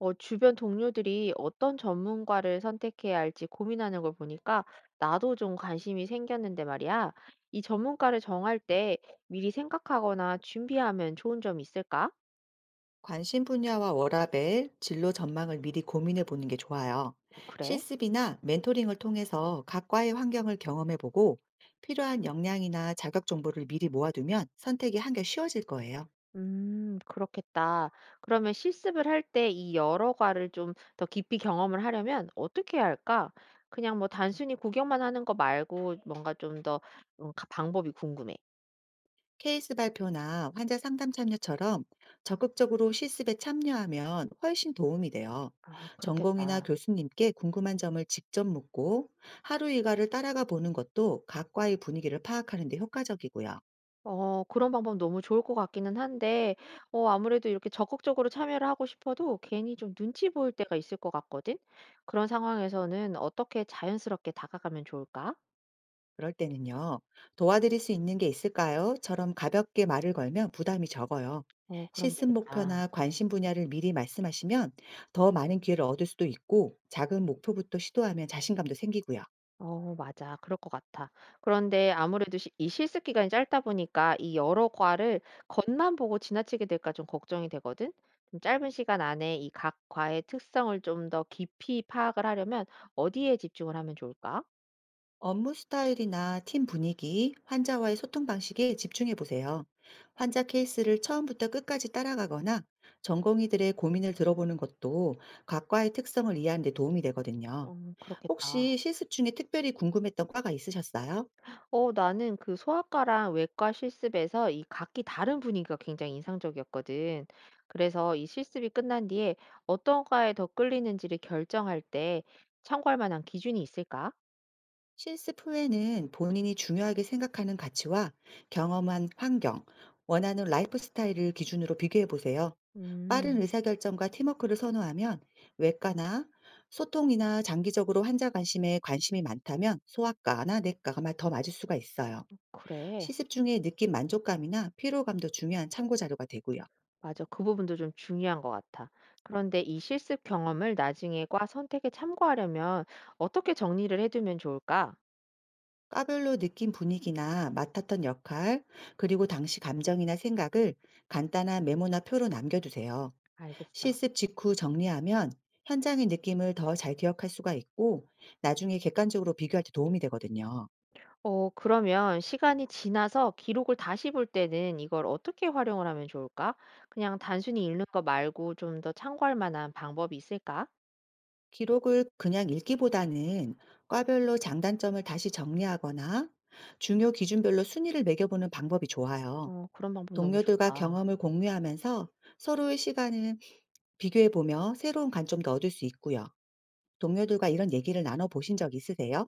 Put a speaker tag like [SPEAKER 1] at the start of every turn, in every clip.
[SPEAKER 1] 주변 동료들이 어떤 전문가를 선택해야 할지 고민하는 걸 보니까 나도 좀 관심이 생겼는데 말이야. 이 전문가를 정할 때 미리 생각하거나 준비하면 좋은 점이 있을까?
[SPEAKER 2] 관심 분야와 워라밸, 진로 전망을 미리 고민해 보는 게 좋아요.
[SPEAKER 1] 그래?
[SPEAKER 2] 실습이나 멘토링을 통해서 각과의 환경을 경험해 보고 필요한 역량이나 자격 정보를 미리 모아두면 선택이 한결 쉬워질 거예요.
[SPEAKER 1] 그렇겠다. 그러면 실습을 할 때 이 여러 과를 좀 더 깊이 경험을 하려면 어떻게 해야 할까? 그냥 뭐 단순히 구경만 하는 거 말고 뭔가 좀 더 방법이 궁금해.
[SPEAKER 2] 케이스 발표나 환자 상담 참여처럼 적극적으로 실습에 참여하면 훨씬 도움이 돼요.
[SPEAKER 1] 아,
[SPEAKER 2] 전공이나
[SPEAKER 1] 그렇겠다.
[SPEAKER 2] 교수님께 궁금한 점을 직접 묻고 하루 일과를 따라가 보는 것도 각과의 분위기를 파악하는 데 효과적이고요.
[SPEAKER 1] 그런 방법 너무 좋을 것 같기는 한데 아무래도 이렇게 적극적으로 참여를 하고 싶어도 괜히 좀 눈치 보일 때가 있을 것 같거든. 그런 상황에서는 어떻게 자연스럽게 다가가면 좋을까?
[SPEAKER 2] 그럴 때는요, 도와드릴 수 있는 게 있을까요? 처럼 가볍게 말을 걸면 부담이 적어요.
[SPEAKER 1] 그럼
[SPEAKER 2] 실습
[SPEAKER 1] 되겠다.
[SPEAKER 2] 목표나 관심 분야를 미리 말씀하시면 더 많은 기회를 얻을 수도 있고, 작은 목표부터 시도하면 자신감도 생기고요.
[SPEAKER 1] 어 맞아. 그럴 것 같아. 그런데 아무래도 시 이 실습 기간이 짧다 보니까 이 여러 과를 겉만 보고 지나치게 될까 좀 걱정이 되거든. 좀 짧은 시간 안에 이 각 과의 특성을 좀 더 깊이 파악을 하려면 어디에 집중을 하면 좋을까?
[SPEAKER 2] 업무 스타일이나 팀 분위기, 환자와의 소통 방식에 집중해 보세요. 환자 케이스를 처음부터 끝까지 따라가거나 전공의들의 고민을 들어보는 것도 각과의 특성을 이해하는 데 도움이 되거든요.
[SPEAKER 1] 그렇겠다.
[SPEAKER 2] 혹시 실습 중에 특별히 궁금했던 과가 있으셨어요?
[SPEAKER 1] 나는 그 소아과랑 외과 실습에서 이 각기 다른 분위기가 굉장히 인상적이었거든. 그래서 이 실습이 끝난 뒤에 어떤 과에 더 끌리는지를 결정할 때 참고할 만한 기준이 있을까?
[SPEAKER 2] 실습 후에는 본인이 중요하게 생각하는 가치와 경험한 환경, 원하는 라이프 스타일을 기준으로 비교해 보세요. 빠른
[SPEAKER 1] 음,
[SPEAKER 2] 의사결정과 팀워크를 선호하면 외과나 소통이나 장기적으로 환자 관심에 관심이 많다면 소아과나 내과가 더 맞을 수가 있어요.
[SPEAKER 1] 그래.
[SPEAKER 2] 시습 중에 느낀 만족감이나 피로감도 중요한 참고 자료가 되고요.
[SPEAKER 1] 맞아. 그 부분도 좀 중요한 것 같아. 그런데 이 실습 경험을 나중에 과 선택에 참고하려면 어떻게 정리를 해두면 좋을까?
[SPEAKER 2] 과별로 느낀 분위기나 맡았던 역할, 그리고 당시 감정이나 생각을 간단한 메모나 표로 남겨두세요.
[SPEAKER 1] 알겠어.
[SPEAKER 2] 실습 직후 정리하면 현장의 느낌을 더 잘 기억할 수가 있고 나중에 객관적으로 비교할 때 도움이 되거든요.
[SPEAKER 1] 그러면 시간이 지나서 기록을 다시 볼 때는 이걸 어떻게 활용을 하면 좋을까? 그냥 단순히 읽는 거 말고 좀 더 참고할 만한 방법이 있을까?
[SPEAKER 2] 기록을 그냥 읽기보다는 과별로 장단점을 다시 정리하거나 중요 기준별로 순위를 매겨보는 방법이 좋아요.
[SPEAKER 1] 그런 방법 너무
[SPEAKER 2] 동료들과
[SPEAKER 1] 좋다.
[SPEAKER 2] 경험을 공유하면서 서로의 시간을 비교해보며 새로운 관점도 얻을 수 있고요. 동료들과 이런 얘기를 나눠보신 적 있으세요?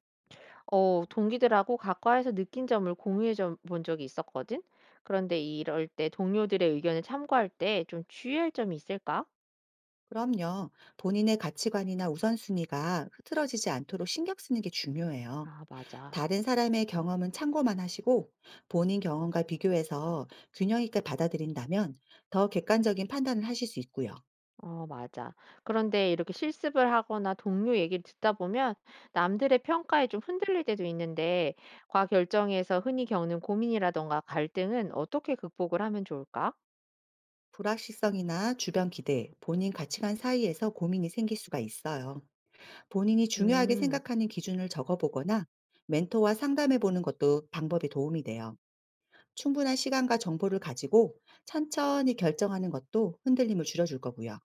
[SPEAKER 1] 동기들하고 각과에서 느낀 점을 공유해 줘 본 적이 있었거든. 그런데 이럴 때 동료들의 의견을 참고할 때 좀 주의할 점이 있을까?
[SPEAKER 2] 그럼요. 본인의 가치관이나 우선순위가 흐트러지지 않도록 신경 쓰는 게 중요해요.
[SPEAKER 1] 아 맞아.
[SPEAKER 2] 다른 사람의 경험은 참고만 하시고 본인 경험과 비교해서 균형 있게 받아들인다면 더 객관적인 판단을 하실 수 있고요.
[SPEAKER 1] 어, 맞아. 그런데 이렇게 실습을 하거나 동료 얘기를 듣다 보면 남들의 평가에 좀 흔들릴 때도 있는데, 과결정에서 흔히 겪는 고민이라던가 갈등은 어떻게 극복을 하면 좋을까?
[SPEAKER 2] 불확실성이나 주변 기대, 본인 가치관 사이에서 고민이 생길 수가 있어요. 본인이 중요하게
[SPEAKER 1] 음,
[SPEAKER 2] 생각하는 기준을 적어보거나 멘토와 상담해보는 것도 방법이 도움이 돼요. 충분한 시간과 정보를 가지고 천천히 결정하는 것도 흔들림을 줄여줄 거고요.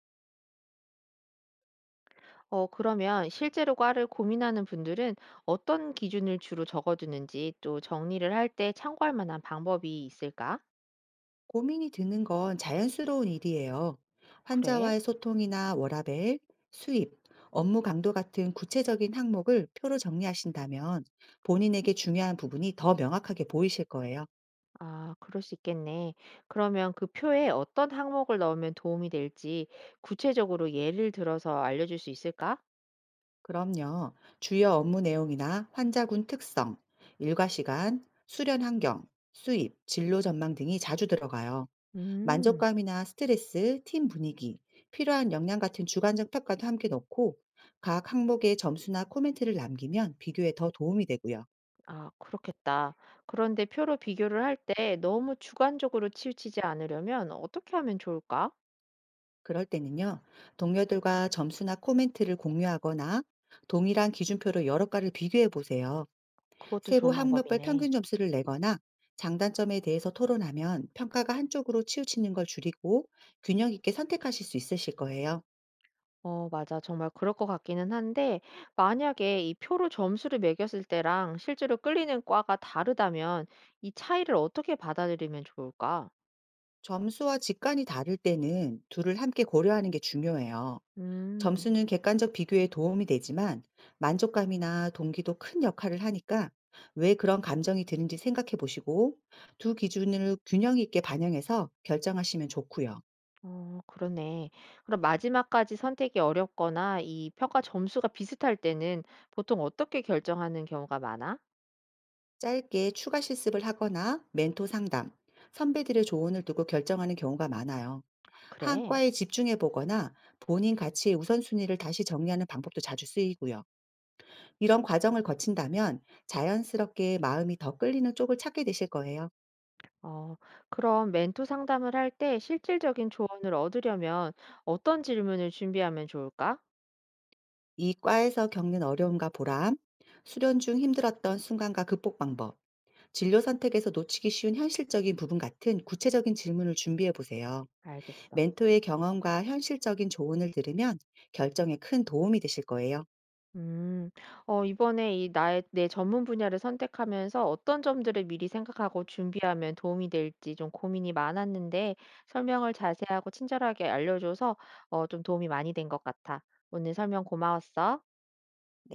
[SPEAKER 1] 어, 그러면 실제로 과를 고민하는 분들은 어떤 기준을 주로 적어두는지 또 정리를 할 때 참고할 만한 방법이 있을까?
[SPEAKER 2] 고민이 드는 건 자연스러운 일이에요.
[SPEAKER 1] 그래.
[SPEAKER 2] 환자와의 소통이나 워라밸, 수입, 업무 강도 같은 구체적인 항목을 표로 정리하신다면 본인에게 중요한 부분이 더 명확하게 보이실 거예요.
[SPEAKER 1] 아, 그럴 수 있겠네. 그러면 그 표에 어떤 항목을 넣으면 도움이 될지 구체적으로 예를 들어서 알려줄 수 있을까?
[SPEAKER 2] 그럼요. 주요 업무 내용이나 환자군 특성, 일과 시간, 수련 환경, 수입, 진로 전망 등이 자주 들어가요.
[SPEAKER 1] 음,
[SPEAKER 2] 만족감이나 스트레스, 팀 분위기, 필요한 역량 같은 주관적 평가도 함께 넣고 각 항목의 점수나 코멘트를 남기면 비교에 더 도움이 되고요.
[SPEAKER 1] 아, 그렇겠다. 그런데 표로 비교를 할 때 너무 주관적으로 치우치지 않으려면 어떻게 하면 좋을까?
[SPEAKER 2] 그럴 때는요, 동료들과 점수나 코멘트를 공유하거나 동일한 기준표로 여러 과를 비교해 보세요.
[SPEAKER 1] 그것도
[SPEAKER 2] 세부
[SPEAKER 1] 좋은
[SPEAKER 2] 항목별
[SPEAKER 1] 방법이네.
[SPEAKER 2] 평균 점수를 내거나 장단점에 대해서 토론하면 평가가 한쪽으로 치우치는 걸 줄이고 균형 있게 선택하실 수 있으실 거예요.
[SPEAKER 1] 어, 맞아. 정말 그럴 것 같기는 한데, 만약에 이 표로 점수를 매겼을 때랑 실제로 끌리는 과가 다르다면 이 차이를 어떻게 받아들이면 좋을까?
[SPEAKER 2] 점수와 직관이 다를 때는 둘을 함께 고려하는 게 중요해요.
[SPEAKER 1] 음.
[SPEAKER 2] 점수는 객관적 비교에 도움이 되지만 만족감이나 동기도 큰 역할을 하니까 왜 그런 감정이 드는지 생각해 보시고 두 기준을 균형 있게 반영해서 결정하시면 좋고요.
[SPEAKER 1] 그러네. 그럼 마지막까지 선택이 어렵거나 이 평가 점수가 비슷할 때는 보통 어떻게 결정하는 경우가 많아?
[SPEAKER 2] 짧게 추가 실습을 하거나 멘토 상담, 선배들의 조언을 두고 결정하는 경우가 많아요. 한
[SPEAKER 1] 그래.
[SPEAKER 2] 과에 집중해 보거나 본인 가치의 우선순위를 다시 정리하는 방법도 자주 쓰이고요. 이런 과정을 거친다면 자연스럽게 마음이 더 끌리는 쪽을 찾게 되실 거예요.
[SPEAKER 1] 어, 그럼 멘토 상담을 할 때 실질적인 조언을 얻으려면 어떤 질문을 준비하면 좋을까?
[SPEAKER 2] 이 과에서 겪는 어려움과 보람, 수련 중 힘들었던 순간과 극복 방법, 진료 선택에서 놓치기 쉬운 현실적인 부분 같은 구체적인 질문을 준비해 보세요.
[SPEAKER 1] 알겠어.
[SPEAKER 2] 멘토의 경험과 현실적인 조언을 들으면 결정에 큰 도움이 되실 거예요.
[SPEAKER 1] 음. 이번에 이 나의 내 전문 분야를 선택하면서 어떤 점들을 미리 생각하고 준비하면 도움이 될지 좀 고민이 많았는데 설명을 자세하고 친절하게 알려줘서 좀 도움이 많이 된 것 같아. 오늘 설명 고마웠어.
[SPEAKER 2] 네.